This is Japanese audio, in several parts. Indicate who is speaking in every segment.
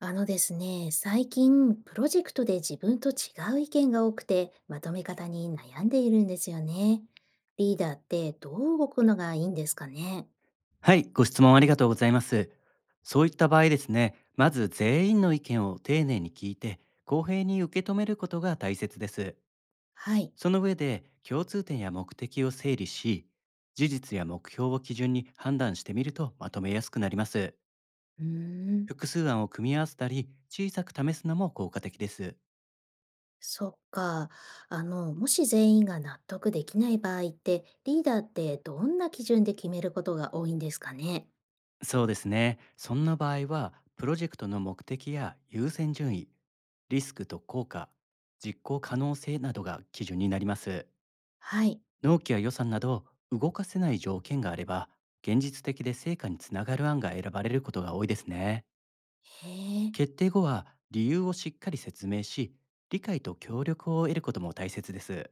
Speaker 1: あのですね、最近プロジェクトで自分と違う意見が多くて、まとめ方に悩んでいるんですよね。リーダーってどう動くのがいいんですかね？
Speaker 2: はい、ご質問ありがとうございます。そういった場合ですね、まず全員の意見を丁寧に聞いて、公平に受け止めることが大切です。
Speaker 1: はい。
Speaker 2: その上で、共通点や目的を整理し、事実や目標を基準に判断してみるとまとめやすくなります。
Speaker 1: うーん。
Speaker 2: 複数案を組み合わせたり、小さく試すのも効果的です。
Speaker 1: そっか。あの、もし全員が納得できない場合って、リーダーってどんな基準で決めることが多いんですかね？
Speaker 2: そうですね、そんな場合は、プロジェクトの目的や優先順位、リスクと効果、実行可能性などが基準になります。
Speaker 1: はい。
Speaker 2: 納期や予算など動かせない条件があれば、現実的で成果につながる案が選ばれることが多いですね。
Speaker 1: へえ。
Speaker 2: 決定後は理由をしっかり説明し、理解と協力を得ることも大切です。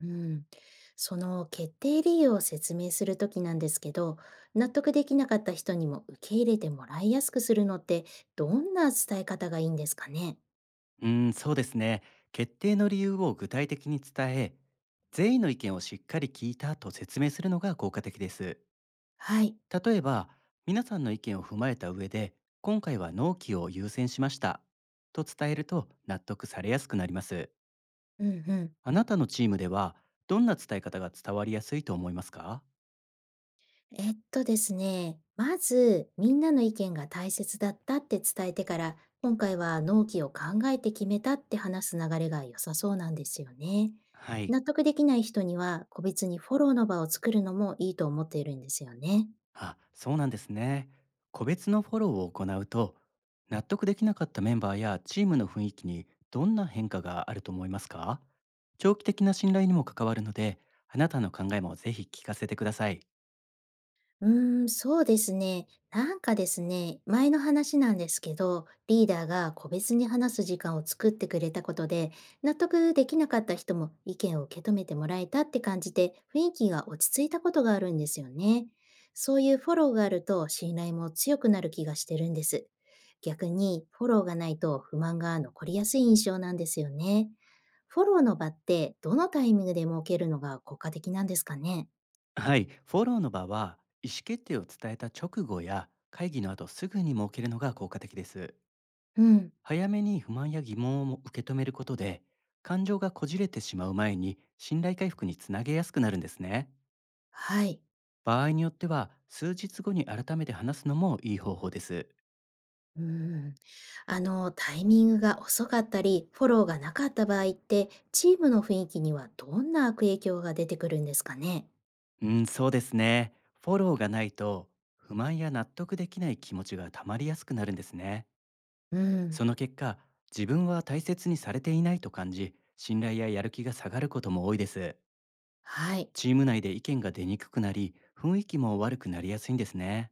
Speaker 1: うん、その決定理由を説明するときなんですけど、納得できなかった人にも受け入れてもらいやすくするのってどんな伝え方がいいんですかね？
Speaker 2: うーん、そうですね。決定の理由を具体的に伝え、全員の意見をしっかり聞いたと説明するのが効果的です。
Speaker 1: はい。
Speaker 2: 例えば、皆さんの意見を踏まえた上で、今回は納期を優先しましたと伝えると納得されやすくなります。
Speaker 1: うんうん。
Speaker 2: あなたのチームでは、どんな伝え方が伝わりやすいと思いますか？
Speaker 1: えっとですね、まずみんなの意見が大切だったって伝えてから、今回は納期を考えて決めたって話す流れが良さそうなんですよね。
Speaker 2: はい。
Speaker 1: 納得できない人には個別にフォローの場を作るのもいいと思っているんですよね。
Speaker 2: あ、そうなんですね。個別のフォローを行うと、納得できなかったメンバーやチームの雰囲気にどんな変化があると思いますか？長期的な信頼にも関わるので、あなたの考えもぜひ聞かせてください。
Speaker 1: うーん、そうですね。なんかですね、前の話なんですけど、リーダーが個別に話す時間を作ってくれたことで、納得できなかった人も意見を受け止めてもらえたって感じて、雰囲気が落ち着いたことがあるんですよね。そういうフォローがあると信頼も強くなる気がしてるんです。逆にフォローがないと不満が残りやすい印象なんですよね。フォローの場ってどのタイミングで設けるのが効果的なんですかね？
Speaker 2: はい。フォローの場は、意思決定を伝えた直後や会議の後すぐに設けるのが効果的です。
Speaker 1: うん。
Speaker 2: 早めに不満や疑問を受け止めることで、感情がこじれてしまう前に信頼回復につなげやすくなるんですね。
Speaker 1: はい。
Speaker 2: 場合によっては数日後に改めて話すのもいい方法です。
Speaker 1: うーん、あの、タイミングが遅かったり、フォローがなかった場合って、チームの雰囲気にはどんな悪影響が出てくるんですかね？
Speaker 2: うん、そうですね。フォローがないと、不満や納得できない気持ちがたまりやすくなるんですね。
Speaker 1: う
Speaker 2: そ
Speaker 1: ん、
Speaker 2: の結果、自分は大切にされていないと感じ、信頼ややる気が下がることも多いです。
Speaker 1: はい。
Speaker 2: チーム内で意見が出にくくなり、雰囲気も悪くなりやすいんですね。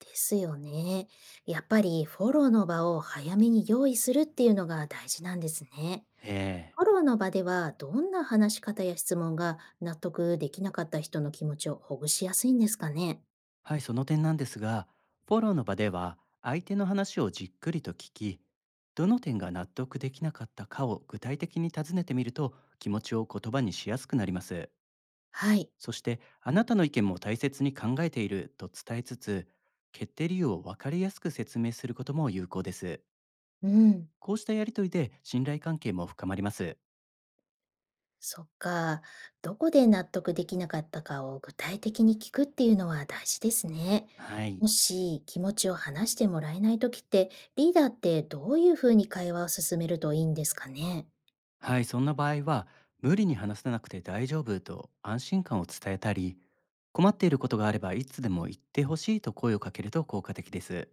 Speaker 1: ですよね。やっぱりフォローの場を早めに用意するっていうのが大事なんですね。
Speaker 2: ええ。
Speaker 1: フォローの場では、どんな話し方や質問が納得できなかった人の気持ちをほぐしやすいんですかね？
Speaker 2: はい、その点なんですが、フォローの場では相手の話をじっくりと聞き、どの点が納得できなかったかを具体的に尋ねてみると気持ちを言葉にしやすくなります。
Speaker 1: はい。
Speaker 2: そして、あなたの意見も大切に考えていると伝えつつ、決定理由を分かりやすく説明することも有効です。
Speaker 1: うん。
Speaker 2: こうしたやりとりで信頼関係も深まります。
Speaker 1: そっか。どこで納得できなかったかを具体的に聞くっていうのは大事ですね。
Speaker 2: はい。
Speaker 1: もし気持ちを話してもらえないときって、リーダーってどういうふうに会話を進めるといいんですかね。
Speaker 2: はい、そんな場合は、無理に話さなくて大丈夫と安心感を伝えたり、困っていることがあればいつでも言ってほしいと声をかけると効果的です。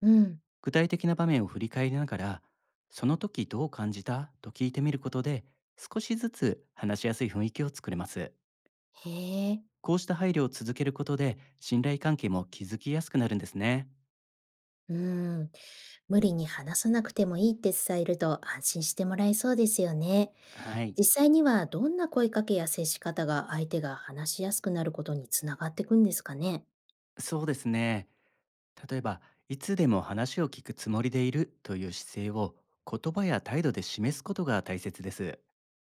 Speaker 1: うん。
Speaker 2: 具体的な場面を振り返りながら、その時どう感じたと聞いてみることで、少しずつ話しやすい雰囲気を作れます。
Speaker 1: へえ。
Speaker 2: こうした配慮を続けることで、信頼関係も築きやすくなるんですね。
Speaker 1: うん。無理に話さなくてもいいって伝えると安心してもらえそうですよね。
Speaker 2: はい、
Speaker 1: 実際にはどんな声かけや接し方が相手が話しやすくなることにつながっていくんですかね。
Speaker 2: そうですね。例えば、いつでも話を聞くつもりでいるという姿勢を言葉や態度で示すことが大切です。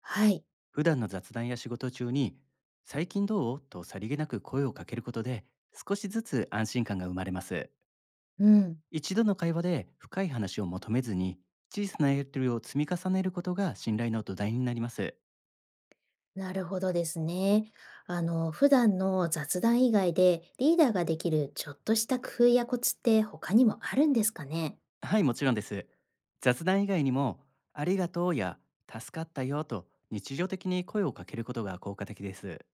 Speaker 1: はい。
Speaker 2: 普段の雑談や仕事中に、最近どうとさりげなく声をかけることで、少しずつ安心感が生まれます。
Speaker 1: うん。
Speaker 2: 一度の会話で深い話を求めずに、小さなやりとりを積み重ねることが信頼の土台になります。
Speaker 1: なるほどですね。あの、普段の雑談以外でリーダーができるちょっとした工夫やコツって他にもあるんですかね？
Speaker 2: はい、もちろんです。雑談以外にも、ありがとうや助かったよと日常的に声をかけることが効果的です。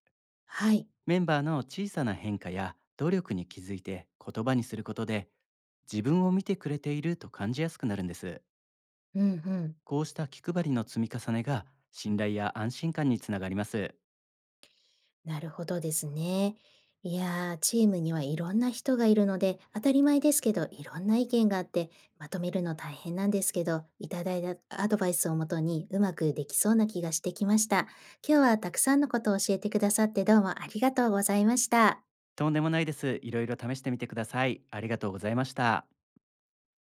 Speaker 1: はい。
Speaker 2: メンバーの小さな変化や努力に気づいて言葉にすることで、自分を見てくれていると感じやすくなるんです。
Speaker 1: うんうん。
Speaker 2: こうした気配りの積み重ねが信頼や安心感につながります。
Speaker 1: なるほどですね。いやー、チームにはいろんな人がいるので、当たり前ですけど、いろんな意見があって、まとめるの大変なんですけど、いただいたアドバイスをもとにうまくできそうな気がしてきました。今日はたくさんのことを教えてくださってどうもありがとうございました。
Speaker 2: とんでもないです。いろいろ試してみてください。ありがとうございました。